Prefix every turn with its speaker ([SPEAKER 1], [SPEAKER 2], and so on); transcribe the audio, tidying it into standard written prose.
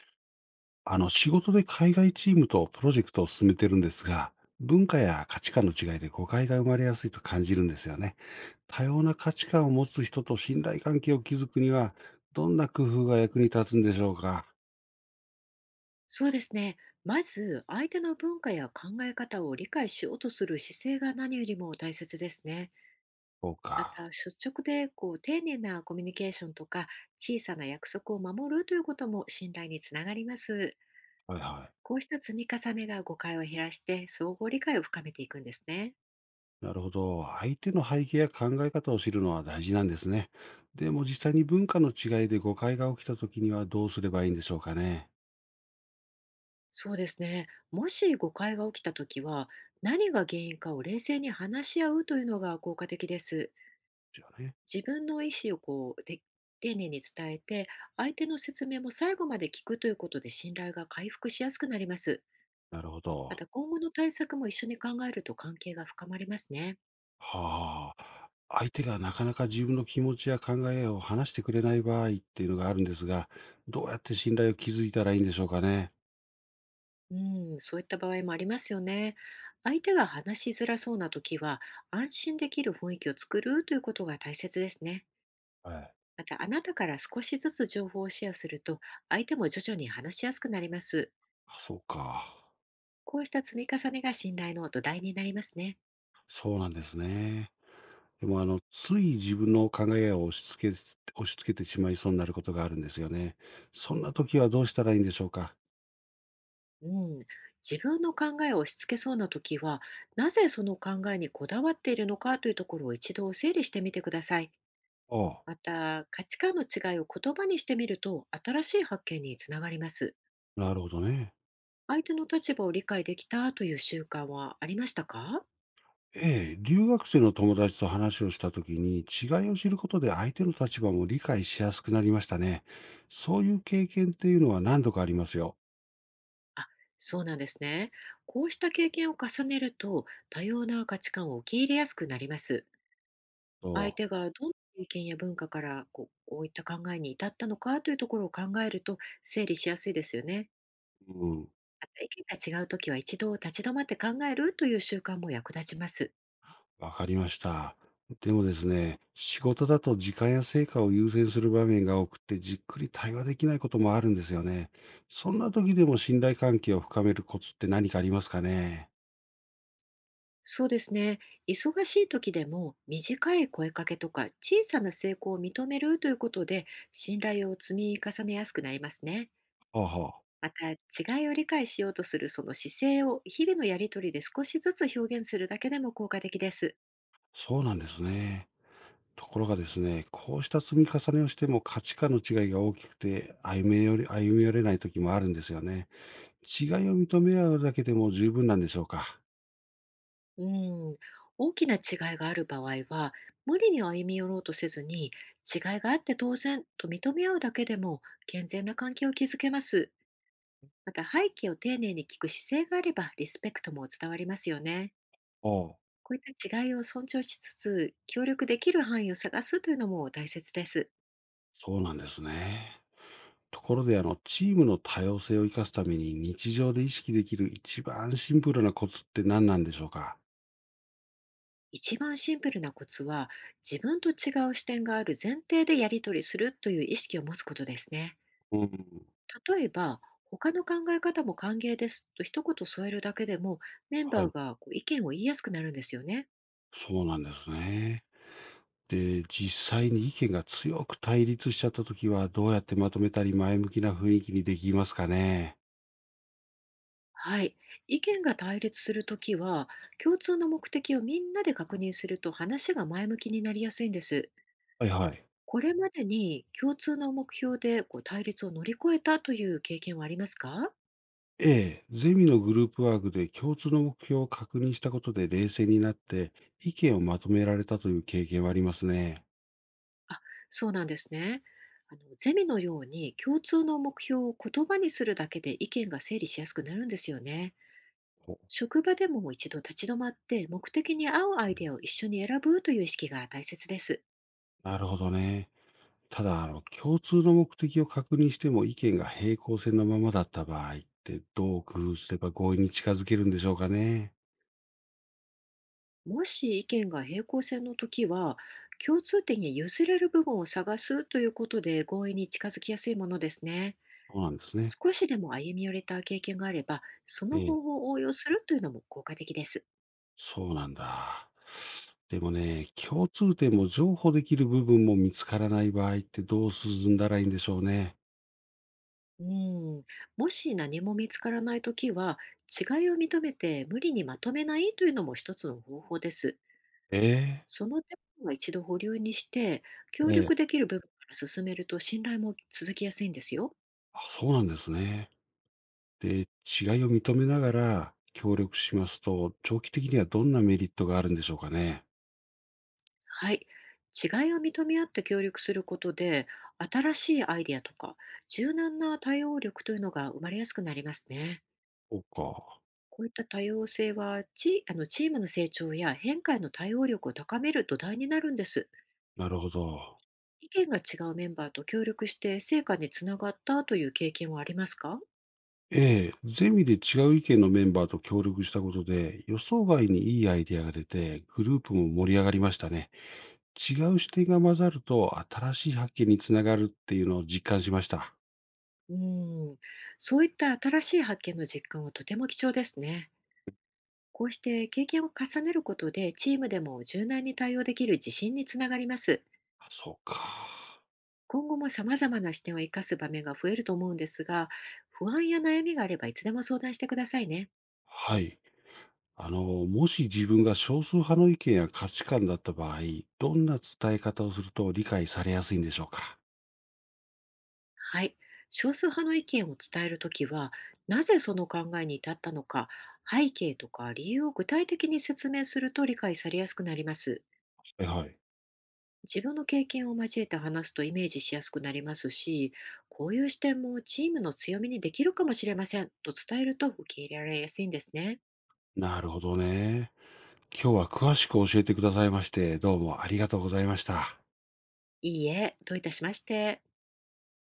[SPEAKER 1] 仕事で海外チームとプロジェクトを進めてるんですが、文化や価値観の違いで誤解が生まれやすいと感じるんですよね。多様な価値観を持つ人と信頼関係を築くには、どんな工夫が役に立つんでしょうか？
[SPEAKER 2] そうですね。まず、相手の文化や考え方を理解しようとする姿勢が何よりも大切ですね。
[SPEAKER 1] そう
[SPEAKER 2] ま
[SPEAKER 1] か。
[SPEAKER 2] た、率直で丁寧なコミュニケーションとか、小さな約束を守るということも信頼につながります。
[SPEAKER 1] はいは
[SPEAKER 2] こうした積み重ねが誤解を減らして、相互理解を深めていくんですね。
[SPEAKER 1] い。なるほど。相手の背景や考え方を知るのは大事なんですね。でも実際に文化の違いで誤解が起きた時にはどうすればいいんでしょうかね。
[SPEAKER 2] そうですね。もし誤解が起きたときは、何が原因かを冷静に話し合うというのが効果的です。
[SPEAKER 1] じゃあね。
[SPEAKER 2] 自分の意思を丁寧に伝えて、相手の説明も最後まで聞くということで信頼が回復しやすくなります。
[SPEAKER 1] なるほ
[SPEAKER 2] ま
[SPEAKER 1] ど。
[SPEAKER 2] た今後の対策も一緒に考えると関係が深まりますね。
[SPEAKER 1] はあ。相手がなかなか自分の気持ちや考えを話してくれない場合っていうのがあるんですが、どうやって信頼を築いたらいいんでしょうかね？
[SPEAKER 2] うん、そういった場合もありますよね。相手が話しづらそうな時は、安心できる雰囲気を作るということが大切ですね。
[SPEAKER 1] はい。
[SPEAKER 2] また、あなたから少しずつ情報をシェアすると、相手も徐々に話しやすくなります。
[SPEAKER 1] あ、そうか。
[SPEAKER 2] こうした積み重ねが信頼の土台になりますね。
[SPEAKER 1] そうなんですね。でもつい自分の考えを押し付けてしまいそうになることがあるんですよね。そんな時はどうしたらいいんでしょうか？
[SPEAKER 2] うん、自分の考えを押し付けそうな時は、なぜその考えにこだわっているのかというところを一度整理してみてください。
[SPEAKER 1] ああ。
[SPEAKER 2] また、価値観の違いを言葉にしてみると、新しい発見につながります。
[SPEAKER 1] なるほどね。
[SPEAKER 2] 相手の立場を理解できたという習慣はありましたか？
[SPEAKER 1] ええ、留学生の友達と話をしたときに、違いを知ることで相手の立場も理解しやすくなりましたね。そういう経験っていうのは何度かありますよ。
[SPEAKER 2] あ、そうなんですね。こうした経験を重ねると、多様な価値観を受け入れやすくなります。
[SPEAKER 1] と、
[SPEAKER 2] 相手がどんな経験や文化から、こういった考えに至ったのかというところを考えると、整理しやすいですよね。
[SPEAKER 1] うん、
[SPEAKER 2] あと、意見が違うときは一度立ち止まって考えるという習慣も役立ちます。
[SPEAKER 1] わかりました。でもですね、仕事だと時間や成果を優先する場面が多くて、じっくり対話できないこともあるんですよね。そんな時でも信頼関係を深めるコツって何かありますかね。
[SPEAKER 2] そうですね。忙しい時でも短い声かけとか小さな成功を認めるということで信頼を積み重ねやすくなりますね。
[SPEAKER 1] はあはあ、
[SPEAKER 2] また違いを理解しようとするその姿勢を日々のやりとりで少しずつ表現するだけでも効果的です。
[SPEAKER 1] そうなんですね。ところがですね、こうした積み重ねをしても価値観の違いが大きくて、歩めより歩み寄れない時もあるんですよね。違いを認め合うだけでも十分なんでしょうか。
[SPEAKER 2] うん、大きな違いがある場合は、無理に歩み寄ろうとせずに、違いがあって当然と認め合うだけでも健全な関係を築けます。また背景を丁寧に聞く姿勢があればリスペクトも伝わりますよね。
[SPEAKER 1] おあ、
[SPEAKER 2] こういった違いを尊重しつつ、協力できる範囲を探すというのも大切です。
[SPEAKER 1] そうなんですね。ところで、チームの多様性を生かすために日常で意識できる一番シンプルなコツって何なんでしょうか？
[SPEAKER 2] 一番シンプルなコツは、自分と違う視点がある前提でやり取りするという意識を持つことですね。
[SPEAKER 1] うん。
[SPEAKER 2] 例えば、他の考え方も歓迎ですと一言添えるだけでも、メン
[SPEAKER 1] は
[SPEAKER 2] バー
[SPEAKER 1] い。
[SPEAKER 2] が意見を言いやすくなるんですよね。
[SPEAKER 1] そうなんですね。で、実際に意見が強く対立しちゃった時は、どうやってまとめたり前向きな雰囲気にできますかね。
[SPEAKER 2] はい。意見が対立するときは、共通の目的をみんなで確認すると話が前向きになりやすいんです。
[SPEAKER 1] はいはい。
[SPEAKER 2] これまでに共通の目標で対立を乗り越えたという経験はありますか？
[SPEAKER 1] ええ、ゼミのグループワークで共通の目標を確認したことで冷静になって意見をまとめられたという経験はありますね。
[SPEAKER 2] あ、そうなんですね。あのゼミのように共通の目標を言葉にするだけで意見が整理しやすくなるんですよね。
[SPEAKER 1] お
[SPEAKER 2] 職場でも一度立ち止まって目的に合うアイデアを一緒に選ぶという意識が大切です。
[SPEAKER 1] なるほどね。ただ、共通の目的を確認しても意見が平行線のままだった場合ってどう工夫すれば合意に近づけるんでしょうかね。
[SPEAKER 2] もし意見が平行線の時は、共通点や譲れる部分を探すということで合意に近づきやすいものですね。
[SPEAKER 1] そうなんですね。
[SPEAKER 2] 少しでも歩み寄れた経験があればそ
[SPEAKER 1] え
[SPEAKER 2] の
[SPEAKER 1] え、
[SPEAKER 2] 方法を応用するというのも効果的です。
[SPEAKER 1] そうなんだ。でもね、共通点も譲歩できる部分も見つからない場合ってどう進んだらいいんでしょうね。
[SPEAKER 2] うん、もし何も見つからない時は、違いを認めて無理にまとめないというのも一つの方法です。
[SPEAKER 1] ええ
[SPEAKER 2] そのテーマは一度保留にして、協
[SPEAKER 1] ええ、
[SPEAKER 2] 力できる部分から進めると信頼も続きやすいんですよ。
[SPEAKER 1] あ、そうなんですね。で、違いを認めながら協力しますと、長期的にはどんなメリットがあるんでしょうかね？
[SPEAKER 2] はい。違いを認め合って協力することで、新しいアイデアとか、柔軟な対応力というのが生まれやすくなりますね。
[SPEAKER 1] そうか、
[SPEAKER 2] こういった多様性はチームの成長や変化への対応力を高める土台になるんです。
[SPEAKER 1] なるほど。
[SPEAKER 2] 意見が違うメンバーと協力して成果につながったという経験はありますか？
[SPEAKER 1] ええ、ゼミで違う意見のメンバーと協力したことで、予想外にいいアイデアが出て、グループも盛り上がりましたね。違う視点が混ざると、新しい発見につながるっていうのを実感しました。
[SPEAKER 2] うん、そういった新しい発見の実感はとても貴重ですね。こうして経験を重ねることで、チームでも柔軟に対応できる自信につながります。
[SPEAKER 1] あ、そうか。
[SPEAKER 2] 今後も様々な視点を生かす場面が増えると思うんですが、不安や悩みがあればいつでも相談してくださいね。
[SPEAKER 1] はい。もし自分が少数派の意見や価値観だった場合、どんな伝え方をすると理解されやすいんでしょうか？
[SPEAKER 2] はい。少数派の意見を伝えるときは、なぜその考えに至ったのか、背景とか理由を具体的に説明すると理解されやすくなります。
[SPEAKER 1] はいはい。
[SPEAKER 2] 自分の経験を交えて話すとイメージしやすくなりますし、こういう視点もチームの強みにできるかもしれませんと伝えると受け入れられやすいんですね。
[SPEAKER 1] なるほどね。今日は詳しく教えてくださいまして、どうもありがとうございました。
[SPEAKER 2] いいえ、どういたしまして。